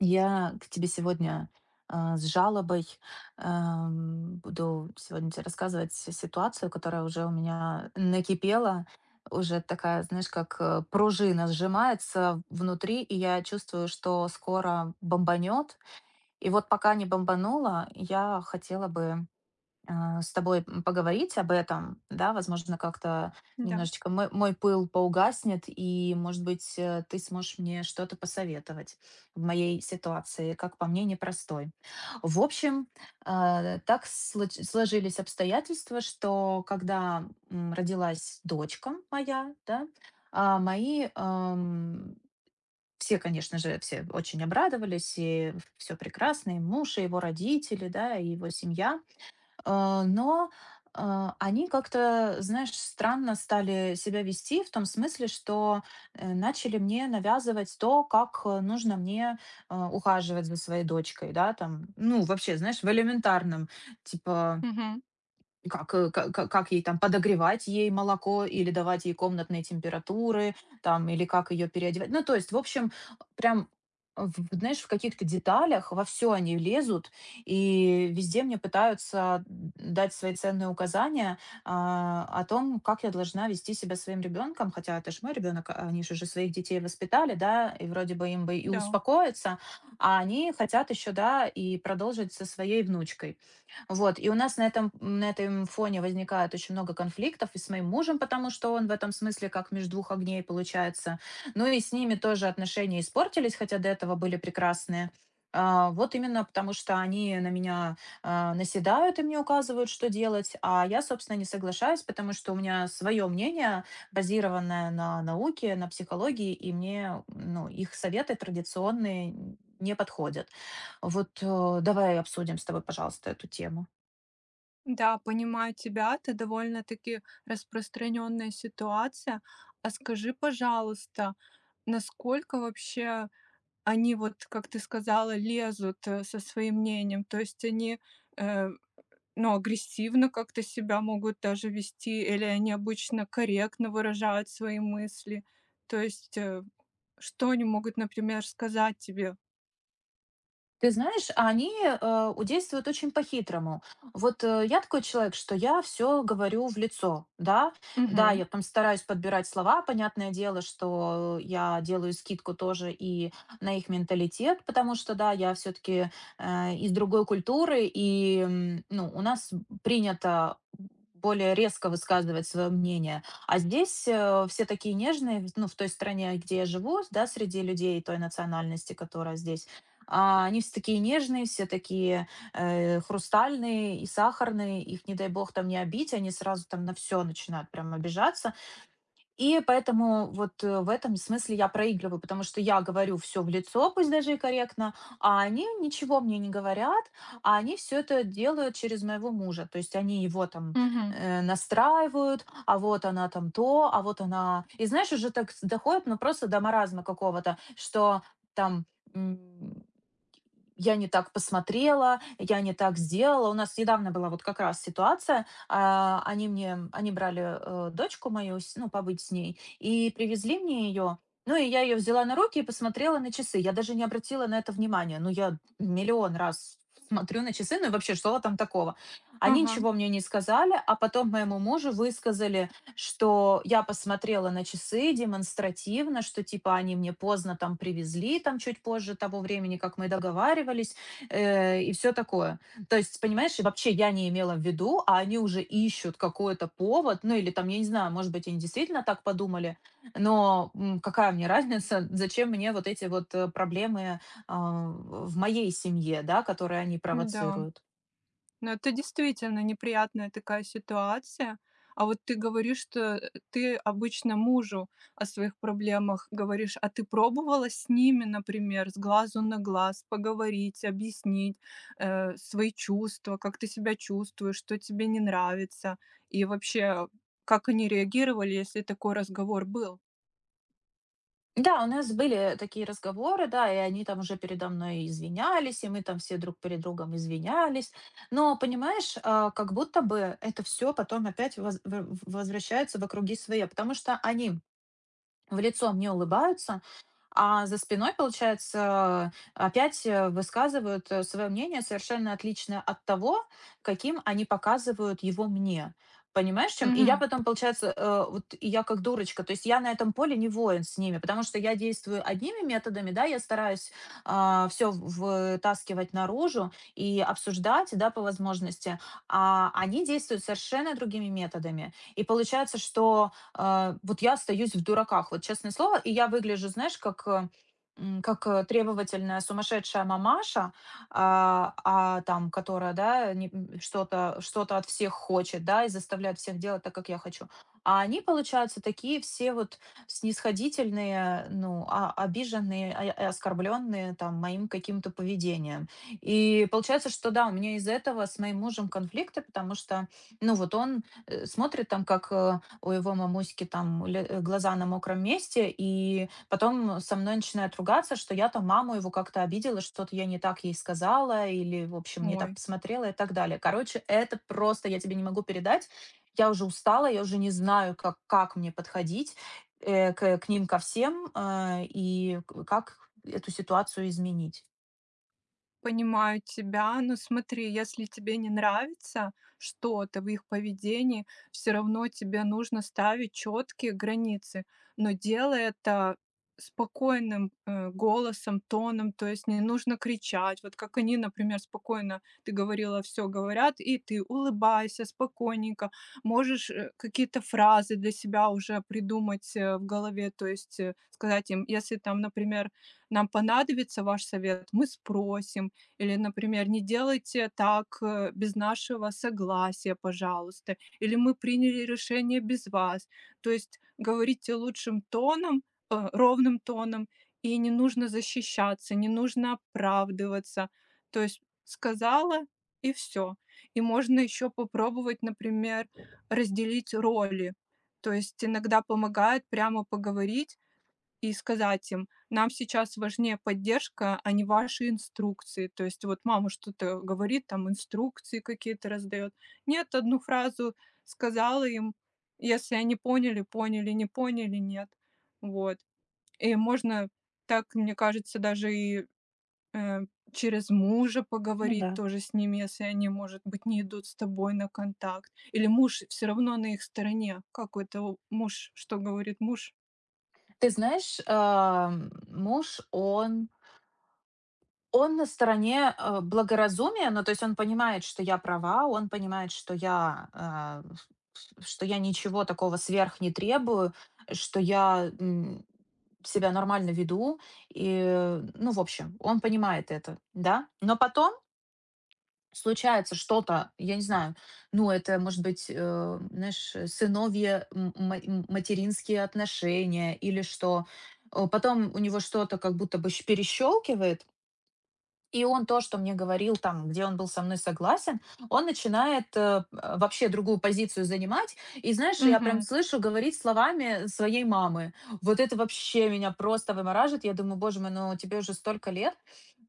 Я к тебе сегодня с жалобой. Буду сегодня тебе рассказывать ситуацию, которая уже у меня накипела, уже такая, знаешь, как пружина сжимается внутри, и я чувствую, что скоро бомбанет. И вот пока не бомбанула, я хотела бы с тобой поговорить об этом, да, возможно, как-то Да, немножечко мой пыл поугаснет, и, может быть, ты сможешь мне что-то посоветовать в моей ситуации, как по мне, непростой. В общем, так сложились обстоятельства, что когда родилась дочка моя, да, а, мои ам, все, конечно же, все очень обрадовались, и все прекрасно, и муж, и его родители, да, и его семья. Но они как-то, знаешь, странно стали себя вести в том смысле, что начали мне навязывать то, как, нужно мне ухаживать за своей дочкой, да, там. Ну, вообще, знаешь, в элементарном, типа мгм, как, э, ка ка как ей там подогревать ей молоко или давать ей комнатные температуры, там, или как ее переодевать. Ну, то есть, в общем, прям, в знаешь, в каких-то деталях во все они лезут, и везде мне пытаются дать свои ценные указания, о том, как я должна вести себя своим ребенком. Хотя это ж мой ребенок, они же уже своих детей воспитали, да, и вроде бы им бы и да. успокоиться, а они хотят еще, да, и продолжить со своей внучкой. Вот, и у нас на этом фоне возникает очень много конфликтов и с моим мужем, потому что он в этом смысле как между двух огней получается. Ну и с ними тоже отношения испортились, хотя до этого были прекрасные. Вот именно потому, что они на меня наседают и мне указывают, что делать, а я, собственно, не соглашаюсь, потому что у меня свое мнение, базированное на науке, на психологии, и мне ну, их советы традиционные не подходят. Вот давай обсудим с тобой, пожалуйста, эту тему. Да, понимаю тебя, это довольно-таки распространенная ситуация. А скажи, пожалуйста, насколько вообще они, вот как ты сказала, лезут со своим мнением? То есть они э, ну, агрессивно как-то себя могут даже вести, или они обычно корректно выражают свои мысли? То есть что они могут, например, сказать тебе? Ты знаешь, они, э, у действуют очень по-хитрому. Вот, я такой человек, что я все говорю в лицо, да. Да, Угу, я там стараюсь подбирать слова. Понятное дело, что я делаю скидку тоже и на их менталитет, потому что, да, я все таки из другой культуры, и, ну, у нас принято более резко высказывать свое мнение. А здесь, все такие нежные, ну, в той стране, где я живу, да, среди людей той национальности, которая здесь. Они все такие нежные, все такие, хрустальные и сахарные. Их, не дай бог, там не обидеть, они сразу там на все начинают прям обижаться. И поэтому вот, в этом смысле я проигрываю, потому что я говорю все в лицо, пусть даже и корректно, а они ничего мне не говорят, а они все это делают через моего мужа. То есть они его там угу, настраивают: «А вот она там то, а вот она». И знаешь, уже так с доходит, ну, просто до маразма какого-то, что там, м я не так посмотрела, я не так сделала. У нас недавно была вот как раз ситуация. Они мне, они брали дочку мою, ну, побыть с ней, и привезли мне ее. Ну, и я ее взяла на руки и посмотрела на часы. Я даже не обратила на это внимания. Ну, я миллион раз смотрю на часы, ну и вообще, что там такого? Они ага, ничего мне не сказали, а потом моему мужу высказали, что я посмотрела на часы демонстративно, что типа они мне поздно там привезли, там чуть позже того времени, как мы договаривались, и все такое. То есть, понимаешь, и вообще я не имела в виду, а они уже ищут какой-то повод. Ну или там, я не знаю, может быть, они действительно так подумали, но, какая мне разница, зачем мне вот эти вот, проблемы, в моей семье, да, которые они да. провоцируют. Ну, это действительно неприятная такая ситуация. А вот ты говоришь, что ты обычно мужу о своих проблемах говоришь, а ты пробовала с ними, например, с глазу на глаз поговорить, объяснить свои чувства, как ты себя чувствуешь, что тебе не нравится, и вообще, как они реагировали, если такой разговор был? Да, у нас были такие разговоры, да, и они там уже передо мной извинялись, и мы там все друг перед другом извинялись. Но, понимаешь, как будто бы это все потом опять возвращается в круги своя, потому что они в лицо мне улыбаются, а за спиной, получается, опять, высказывают, свое мнение, совершенно отличное от того, каким они показывают его мне. Понимаешь, чем? И я Мгм. потом, получается, вот и я как дурочка, то есть я на этом поле не воин с ними, потому что я действую одними методами, да, я стараюсь, все вытаскивать наружу и обсуждать, да, по возможности, а они действуют совершенно другими методами. И получается, что вот я остаюсь в дураках, вот честное слово. И я выгляжу, знаешь, как, требовательная сумасшедшая мамаша, там, которая, да, что-то что от всех хочет, да, и заставляет всех делать так, как я хочу. А они, получаются, такие все вот снисходительные, ну, обиженные, оскорбленные там моим каким-то поведением. И получается, что да, у меня из-за этого с моим мужем конфликты, потому что, ну, вот он смотрит там, как у его мамуськи там глаза на мокром месте, и потом со мной начинает ругаться, что я там маму его как-то обидела, что-то я не так ей сказала, или, в общем, не так Ой. посмотрела и так далее. Короче, это просто я тебе не могу передать. Я уже устала, я уже не знаю, как мне подходить к ним ко всем как эту ситуацию изменить. Понимаю тебя, но смотри, если тебе не нравится что-то в их поведении, все равно тебе нужно ставить четкие границы, но делай это спокойным голосом, тоном, то есть не нужно кричать. Вот как они, например, спокойно, ты говорила, все говорят, и ты улыбайся спокойненько, можешь какие-то фразы для себя уже придумать в голове, то есть сказать им, если там, например, нам понадобится ваш совет, мы спросим, или, например, не делайте так без нашего согласия, пожалуйста. Или мы приняли решение без вас. То есть говорите лучшим тоном, ровным тоном, и не нужно защищаться, не нужно оправдываться. То есть сказала и все. И можно еще попробовать, например, разделить роли. То есть иногда помогает прямо поговорить и сказать им: "Нам сейчас важнее поддержка, а не ваши инструкции". То есть вот мама что-то говорит, там инструкции какие-то раздает, нет, одну фразу сказала им. Если они поняли- поняли, не поняли- нет. Вот. И можно так, мне кажется, даже и, э, через мужа Ну поговорить да. тоже с ними, если они, может быть, не идут с тобой на контакт. Или муж все равно на их стороне. Как это у муж что говорит муж? Ты знаешь, муж он на стороне, благоразумия, ну, то есть он понимает, что я права, он понимает, что я, а, ф ф что я ничего такого сверх не требую, что я, себя нормально веду. И, ну, в общем, он понимает это, да. Но потом случается что-то, я не знаю, ну, это, может быть, знаешь, сыновья м м материнские отношения или что. Потом у него что-то как будто бы щ и он то, что мне говорил там, где он был со мной согласен, он начинает, вообще другую позицию занимать. И знаешь, я прям Мгм. слышу говорить словами своей мамы. Вот это вообще меня просто вымораживает. Я думаю, боже мой, ну тебе уже столько лет,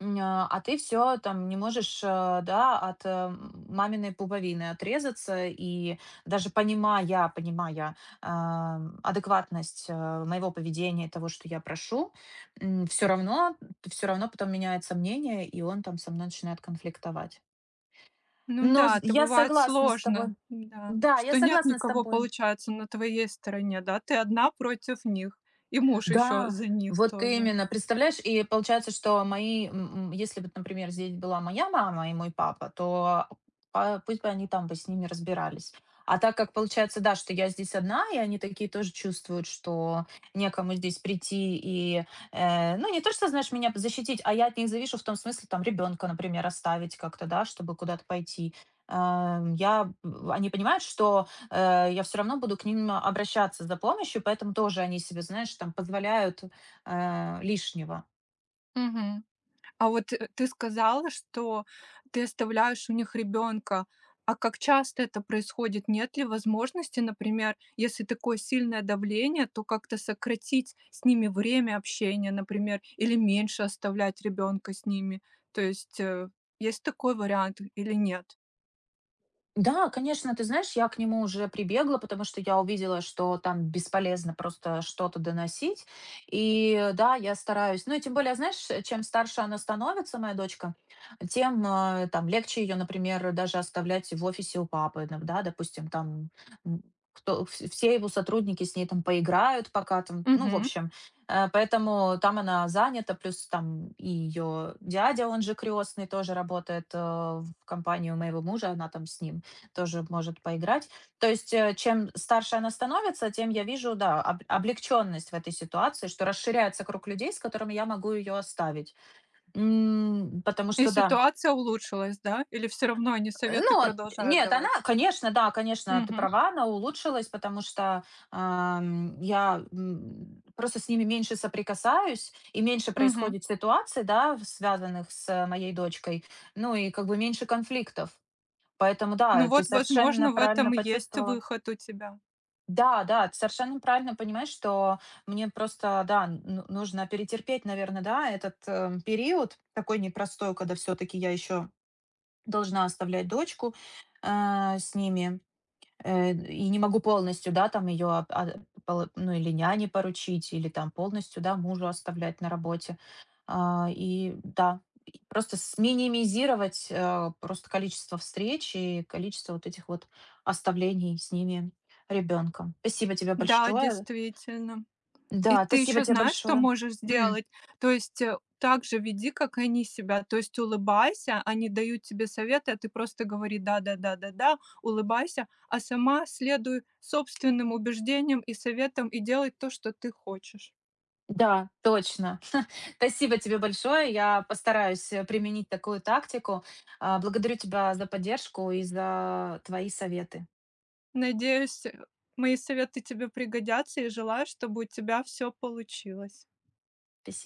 ты все там не можешь, да, маминой пуповины отрезаться. И даже понимая адекватность моего поведения и того, что я прошу, все равно то всё равно потом меняется мнение, и он там со мной начинает конфликтовать. Ну Но з да, это Я бывает согласна с тобой. сложно, да, Да, я что нет согласна с никого, тобой. получается, на твоей стороне, да, ты одна против них, и муж еще Да, за них вот тоже. именно, представляешь? И получается, что мои, если бы, например, здесь была моя мама и мой папа, то пусть бы они там бы с ними разбирались. А так как получается, да, что я здесь одна, и они такие тоже чувствуют, что некому здесь прийти и, ну, не то, что, знаешь, меня защитить, а я от них завишу в том смысле, там, ребенка, например, оставить как-то, да, чтобы куда-то пойти. Эм, Я, Они понимают, что я все равно буду к ним обращаться за помощью, поэтому тоже они себе, знаешь, там позволяют лишнего. Мгм. А вот, ты сказала, что ты оставляешь у них ребенка. А как часто это происходит? Нет ли возможности, например, если такое сильное давление, то как-то сократить с ними время общения, например, или меньше оставлять ребенка с ними? То есть, есть такой вариант или нет? Да, конечно, ты знаешь, я к нему уже прибегла, потому что я увидела, что там бесполезно просто что-то доносить. И да, я стараюсь. Ну и тем более, знаешь, чем старше она становится, моя дочка, тем там легче ее, например, даже оставлять в офисе у папы, ну, да, допустим, там м, все его сотрудники с ней там поиграют, пока там, ну, в Мгм. общем, поэтому там она занята, плюс там и ее дядя, он же крестный, тоже работает в компании у моего мужа, она там с ним тоже может поиграть. То есть, чем старше она становится, тем я вижу, да, облегченность в этой ситуации, что расширяется круг людей, с которыми я могу ее оставить. Потому И что, да, ситуация улучшилась, да? Или все равно они э, советы ну, а, продолжают нет, она, давать? конечно, да, конечно, ты Мгм, права, она улучшилась, потому что просто с ними меньше соприкасаюсь, и меньше мгм. происходит ситуаций, да, связанных с моей дочкой, ну и как бы меньше конфликтов. Поэтому, Ну да, ты вот, совершенно возможно, в правильно этом и есть почувствовала. выход у тебя. Да, да, ты совершенно правильно понимаешь, что мне просто, да, ну, нужно перетерпеть, наверное, да, этот период такой непростой, когда все-таки я еще должна оставлять дочку с ними. И не могу полностью, да, там ее, ну, или няне поручить, или там полностью, да, мужу оставлять на работе. И да, и просто сминимизировать просто количество встреч и количество вот этих вот оставлений с ними ребенка. Спасибо тебе Да, большое. действительно. И Да, ты спасибо еще тебе знаешь, что большое. можешь М, сделать? То есть, так же веди, как они себя. То есть улыбайся, они дают тебе советы, а ты просто говори: "Да, да, да, да, да". Улыбайся, а сама следуй собственным убеждениям и советам и делай то, что ты хочешь. да, точно. Спасибо тебе большое. Я постараюсь, применить такую тактику. Благодарю тебя за поддержку и за твои советы. Надеюсь, мои советы тебе пригодятся и желаю, чтобы у тебя все получилось. Спасибо.